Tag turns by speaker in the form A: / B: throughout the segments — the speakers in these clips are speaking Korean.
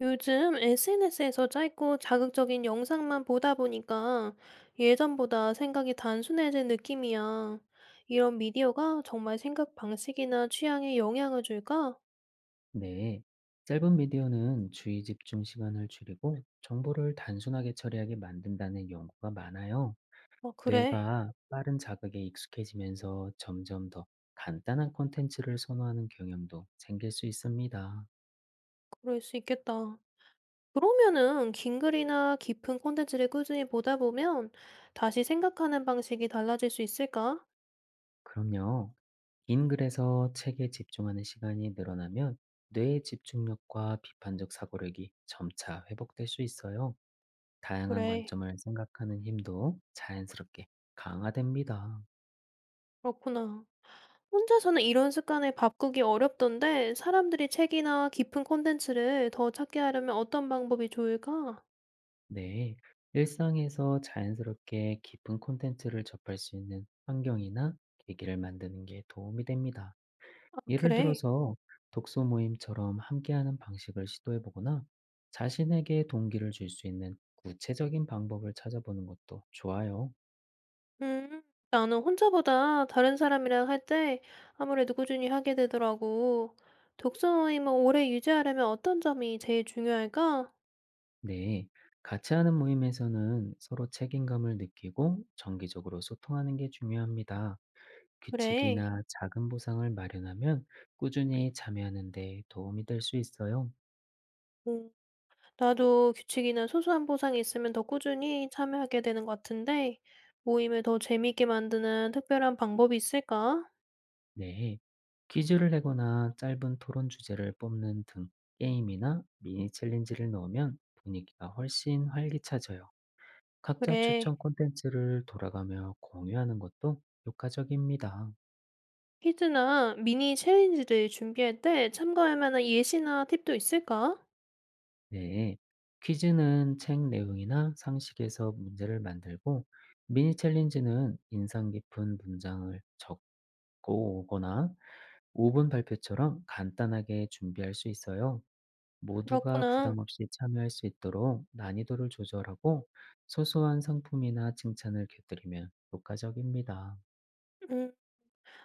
A: 요즘 SNS에서 짧고 자극적인 영상만 보다 보니까 예전보다 생각이 단순해진 느낌이야. 이런 미디어가 정말 생각 방식이나 취향에 영향을 줄까?
B: 네. 짧은 비디오는 주의 집중 시간을 줄이고 정보를 단순하게 처리하게 만든다는 연구가 많아요.
A: 아, 그래.
B: 뇌가 빠른 자극에 익숙해지면서 점점 더 간단한 콘텐츠를 선호하는 경향도 생길 수 있습니다.
A: 그럴 수 있겠다. 그러면은 긴 글이나 깊은 콘텐츠를 꾸준히 보다 보면 다시 생각하는 방식이 달라질 수 있을까?
B: 그럼요. 긴 글에서 책에 집중하는 시간이 늘어나면 뇌의 집중력과 비판적 사고력이 점차 회복될 수 있어요. 다양한
A: 그래.
B: 관점을 생각하는 힘도 자연스럽게 강화됩니다.
A: 그렇구나. 혼자서는 이런 습관을 바꾸기 어렵던데 사람들이 책이나 깊은 콘텐츠를 더 찾게 하려면 어떤 방법이 좋을까?
B: 네, 일상에서 자연스럽게 깊은 콘텐츠를 접할 수 있는 환경이나 계기를 만드는 게 도움이 됩니다.
A: 아,
B: 예를
A: 그래.
B: 들어서 독서 모임처럼 함께하는 방식을 시도해 보거나 자신에게 동기를 줄 수 있는 구체적인 방법을 찾아보는 것도 좋아요.
A: 음, 나는 혼자보다 다른 사람이랑 할 때 아무래도 꾸준히 하게 되더라고. 독서 모임을 오래 유지하려면 어떤 점이 제일 중요할까?
B: 네, 같이 하는 모임에서는 서로 책임감을 느끼고 정기적으로 소통하는 게 중요합니다.
A: 그래.
B: 규칙이나 작은 보상을 마련하면 꾸준히 참여하는 데 도움이 될 수 있어요.
A: 음, 나도 규칙이나 소소한 보상이 있으면 더 꾸준히 참여하게 되는 것 같은데 모임을 더 재미있게 만드는 특별한 방법이 있을까?
B: 네. 퀴즈를 내거나 짧은 토론 주제를 뽑는 등 게임이나 미니 챌린지를 넣으면 분위기가 훨씬 활기차져요. 각자
A: 그래.
B: 추천 콘텐츠를 돌아가며 공유하는 것도 효과적입니다.
A: 퀴즈나 미니 챌린지를 준비할 때 참고할 만한 예시나 팁도 있을까?
B: 네. 퀴즈는 책 내용이나 상식에서 문제를 만들고 미니 챌린지는 인상 깊은 문장을 적고 오거나 오분 발표처럼 간단하게 준비할 수 있어요. 모두가
A: 그렇구나.
B: 부담 없이 참여할 수 있도록 난이도를 조절하고 소소한 상품이나 칭찬을 곁들이면 효과적입니다.
A: 음,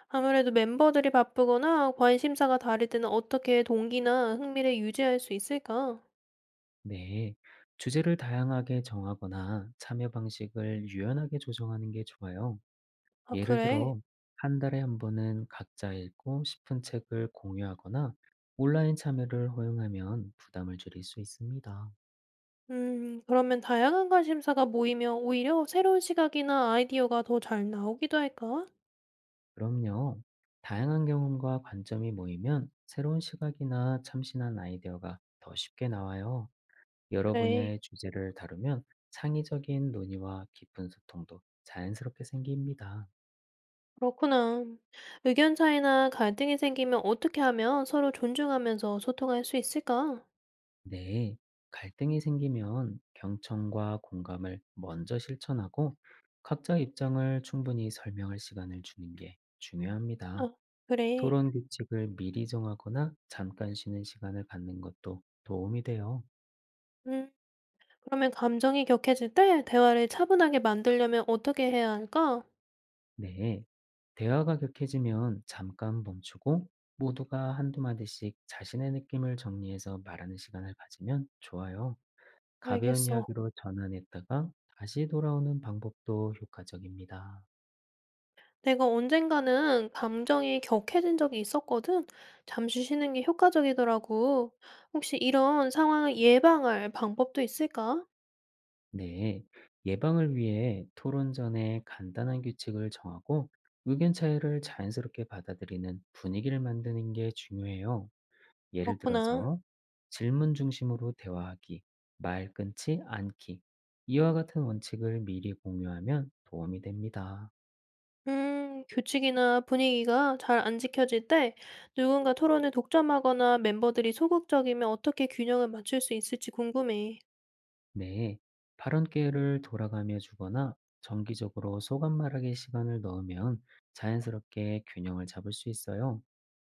A: 아무래도 멤버들이 바쁘거나 관심사가 다를 때는 어떻게 동기나 흥미를 유지할 수 있을까?
B: 네. 주제를 다양하게 정하거나 참여 방식을 유연하게 조정하는 게 좋아요.
A: 아,
B: 예를
A: 그래.
B: 들어, 한 달에 한 번은 각자 읽고 싶은 책을 공유하거나 온라인 참여를 허용하면 부담을 줄일 수 있습니다.
A: 그러면 다양한 관심사가 모이면 오히려 새로운 시각이나 아이디어가 더 잘 나오기도 할까?
B: 그럼요. 다양한 경험과 관점이 모이면 새로운 시각이나 참신한 아이디어가 더 쉽게 나와요. 여러
A: 그래.
B: 분야의 주제를 다루면 창의적인 논의와 깊은 소통도 자연스럽게 생깁니다.
A: 그렇구나. 의견 차이나 갈등이 생기면 어떻게 하면 서로 존중하면서 소통할 수 있을까?
B: 네. 갈등이 생기면 경청과 공감을 먼저 실천하고 각자 입장을 충분히 설명할 시간을 주는 게 중요합니다.
A: 아, 그래.
B: 토론 규칙을 미리 정하거나 잠깐 쉬는 시간을 갖는 것도 도움이 돼요.
A: 음. 그러면 감정이 격해질 때 대화를 차분하게 만들려면 어떻게 해야 할까?
B: 네. 대화가 격해지면 잠깐 멈추고 모두가 한두 마디씩 자신의 느낌을 정리해서 말하는 시간을 가지면 좋아요. 가벼운
A: 알겠어.
B: 이야기로 전환했다가 다시 돌아오는 방법도 효과적입니다.
A: 내가 언젠가는 감정이 격해진 적이 있었거든. 잠시 쉬는 게 효과적이더라고. 혹시 이런 상황을 예방할 방법도 있을까?
B: 네. 예방을 위해 토론 전에 간단한 규칙을 정하고 의견 차이를 자연스럽게 받아들이는 분위기를 만드는 게 중요해요. 예를
A: 그렇구나.
B: 들어서 질문 중심으로 대화하기, 말 끊지 않기. 이와 같은 원칙을 미리 공유하면 도움이 됩니다.
A: 규칙이나 분위기가 잘 안 지켜질 때 누군가 토론을 독점하거나 멤버들이 소극적이면 어떻게 균형을 맞출 수 있을지 궁금해.
B: 네. 발언 기회를 돌아가며 주거나 정기적으로 소감 말하기 시간을 넣으면 자연스럽게 균형을 잡을 수 있어요.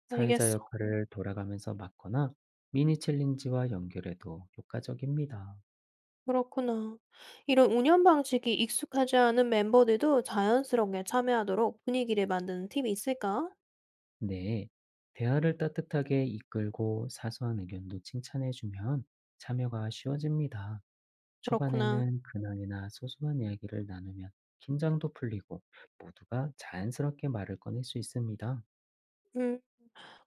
B: 사회자
A: 알겠어.
B: 역할을 돌아가면서 맡거나 미니 챌린지와 연결해도 효과적입니다.
A: 그렇구나. 이런 운영 방식이 익숙하지 않은 멤버들도 자연스럽게 참여하도록 분위기를 만드는 팁이 있을까?
B: 네, 대화를 따뜻하게 이끌고 사소한 의견도 칭찬해주면 참여가 쉬워집니다.
A: 그렇구나.
B: 초반에는 근황이나 소소한 이야기를 나누면 긴장도 풀리고 모두가 자연스럽게 말을 꺼낼 수 있습니다.
A: 음,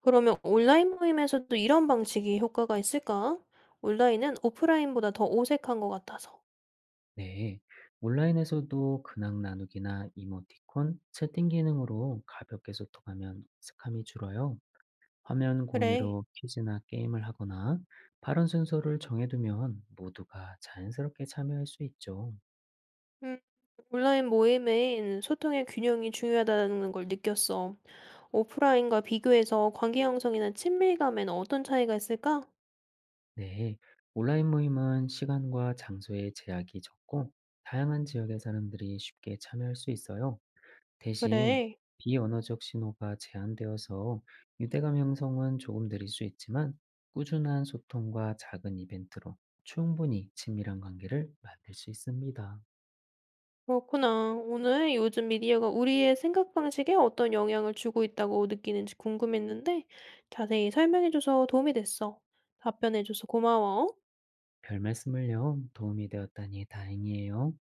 A: 그러면 온라인 모임에서도 이런 방식이 효과가 있을까? 온라인은 오프라인보다 더 어색한 것 같아서.
B: 네, 온라인에서도 근황 나누기나 이모티콘, 채팅 기능으로 가볍게 소통하면 어색함이 줄어요. 화면
A: 그래.
B: 공유로 퀴즈나 게임을 하거나 발언 순서를 정해두면 모두가 자연스럽게 참여할 수 있죠.
A: 음, 온라인 모임엔 소통의 균형이 중요하다는 걸 느꼈어. 오프라인과 비교해서 관계 형성이나 친밀감에는 어떤 차이가 있을까?
B: 네, 온라인 모임은 시간과 장소의 제약이 적고 다양한 지역의 사람들이 쉽게 참여할 수 있어요. 대신
A: 그래.
B: 비언어적 신호가 제한되어서 유대감 형성은 조금 느릴 수 있지만 꾸준한 소통과 작은 이벤트로 충분히 친밀한 관계를 만들 수 있습니다.
A: 그렇구나. 오늘 요즘 미디어가 우리의 생각 방식에 어떤 영향을 주고 있다고 느끼는지 궁금했는데 자세히 설명해줘서 도움이 됐어. 답변해줘서 고마워.
B: 별 말씀을요, 도움이 되었다니 다행이에요.